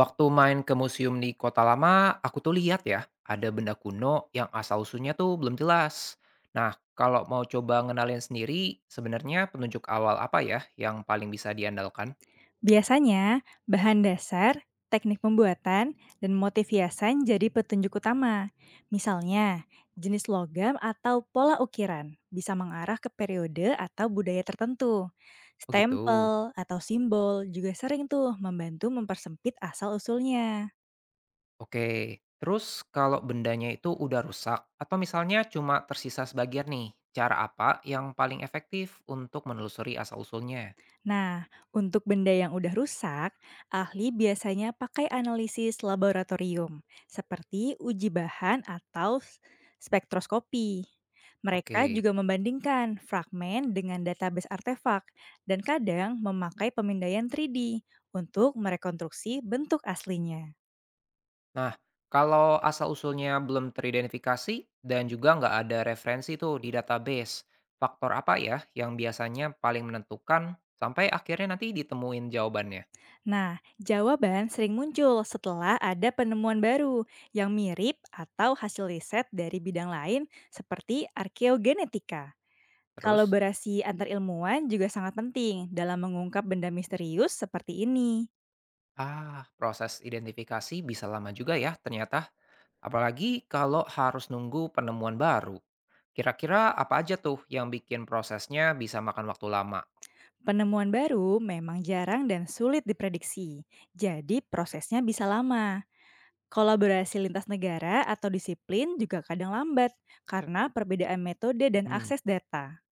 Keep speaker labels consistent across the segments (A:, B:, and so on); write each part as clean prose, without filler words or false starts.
A: Waktu main ke museum di kota lama, aku tuh lihat ya, ada benda kuno yang asal-usulnya tuh belum jelas. Nah, kalau mau coba ngenalin sendiri, sebenarnya penunjuk awal apa ya yang paling bisa diandalkan?
B: Biasanya, bahan dasar, teknik pembuatan, dan motif hiasan jadi petunjuk utama. Misalnya, jenis logam atau pola ukiran bisa mengarah ke periode atau budaya tertentu.
A: Oh gitu.
B: Stempel atau simbol juga sering tuh membantu mempersempit asal-usulnya.
A: Oke, terus kalau bendanya itu udah rusak, atau misalnya cuma tersisa sebagian nih, cara apa yang paling efektif untuk menelusuri asal-usulnya?
B: Nah, untuk benda yang udah rusak, ahli biasanya pakai analisis laboratorium, seperti uji bahan atau spektroskopi. Mereka
A: Oke.
B: juga membandingkan fragmen dengan database artefak dan kadang memakai pemindaian 3D untuk merekonstruksi bentuk aslinya.
A: Nah, kalau asal-usulnya belum teridentifikasi dan juga nggak ada referensi tuh di database, faktor apa ya yang biasanya paling menentukan sampai akhirnya nanti ditemuin jawabannya?
B: Nah, jawaban sering muncul setelah ada penemuan baru yang mirip atau hasil riset dari bidang lain seperti arkeogenetika.
A: Terus,
B: Kolaborasi antar ilmuwan juga sangat penting dalam mengungkap benda misterius seperti ini.
A: ah, proses identifikasi bisa lama juga ya ternyata, apalagi kalau harus nunggu penemuan baru. Kira-kira apa aja tuh yang bikin prosesnya bisa makan waktu lama?
B: Penemuan baru memang jarang dan sulit diprediksi, jadi prosesnya bisa lama. Kolaborasi lintas negara atau disiplin juga kadang lambat karena perbedaan metode dan akses data.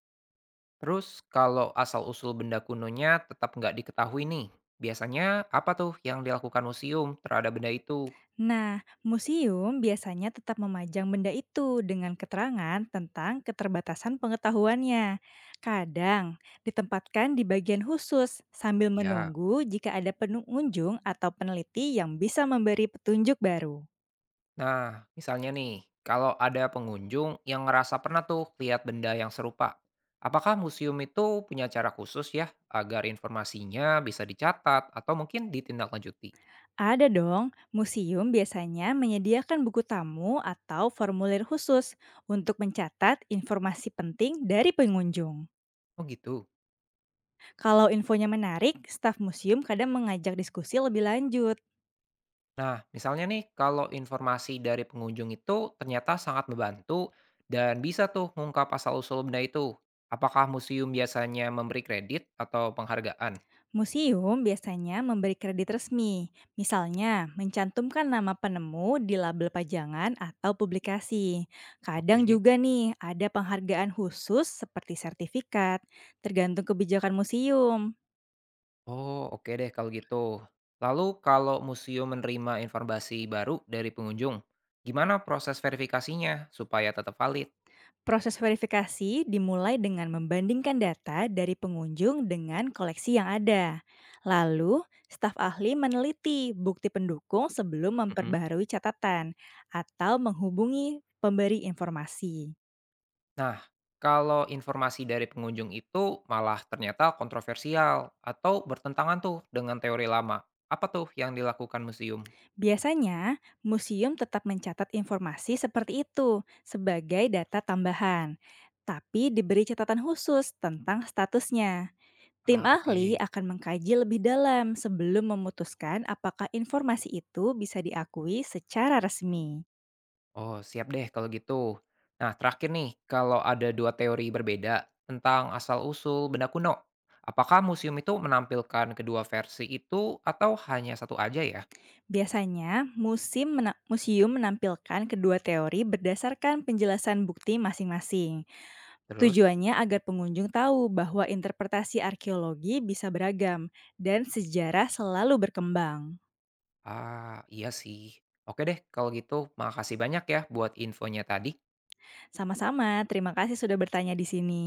A: Terus kalau asal-usul benda kunonya tetap nggak diketahui nih, biasanya apa tuh yang dilakukan museum terhadap benda itu?
B: Nah, museum biasanya tetap memajang benda itu dengan keterangan tentang keterbatasan pengetahuannya. Kadang ditempatkan di bagian khusus sambil
A: Ya,
B: menunggu jika ada pengunjung atau peneliti yang bisa memberi petunjuk baru.
A: nah, misalnya nih, kalau ada pengunjung yang ngerasa pernah tuh lihat benda yang serupa, apakah museum itu punya cara khusus ya agar informasinya bisa dicatat atau mungkin ditindaklanjuti?
B: Ada dong, museum biasanya menyediakan buku tamu atau formulir khusus untuk mencatat informasi penting dari pengunjung.
A: Oh gitu.
B: Kalau infonya menarik, staf museum kadang mengajak diskusi lebih lanjut.
A: Nah, misalnya nih, kalau informasi dari pengunjung itu ternyata sangat membantu dan bisa tuh mengungkap asal-usul benda itu. Apakah museum biasanya memberi kredit atau penghargaan?
B: Museum biasanya memberi kredit resmi, misalnya mencantumkan nama penemu di label pajangan atau publikasi. Kadang
A: Oke.
B: juga nih ada penghargaan khusus seperti sertifikat, tergantung kebijakan museum.
A: Oh, oke deh kalau gitu. Lalu kalau museum menerima informasi baru dari pengunjung, gimana proses verifikasinya supaya tetap valid?
B: Proses verifikasi dimulai dengan membandingkan data dari pengunjung dengan koleksi yang ada. Lalu, staf ahli meneliti bukti pendukung sebelum
A: Mm-mm.
B: memperbaharui catatan atau menghubungi pemberi informasi.
A: Nah, kalau informasi dari pengunjung itu malah ternyata kontroversial atau bertentangan tuh dengan teori lama. Apa tuh yang dilakukan museum?
B: Biasanya, museum tetap mencatat informasi seperti itu sebagai data tambahan, tapi diberi catatan khusus tentang statusnya. Tim
A: Ah, oke.
B: ahli akan mengkaji lebih dalam sebelum memutuskan apakah informasi itu bisa diakui secara resmi.
A: Oh, siap deh kalau gitu. Nah, terakhir nih, kalau ada dua teori berbeda tentang asal-usul benda kuno, apakah museum itu menampilkan kedua versi itu atau hanya satu aja ya?
B: Biasanya, museum menampilkan kedua teori berdasarkan penjelasan bukti masing-masing.
A: Terus?
B: Tujuannya agar pengunjung tahu bahwa interpretasi arkeologi bisa beragam dan sejarah selalu berkembang.
A: Ah, iya sih. Oke deh, kalau gitu makasih banyak ya buat infonya tadi.
B: Sama-sama, terima kasih sudah bertanya di sini.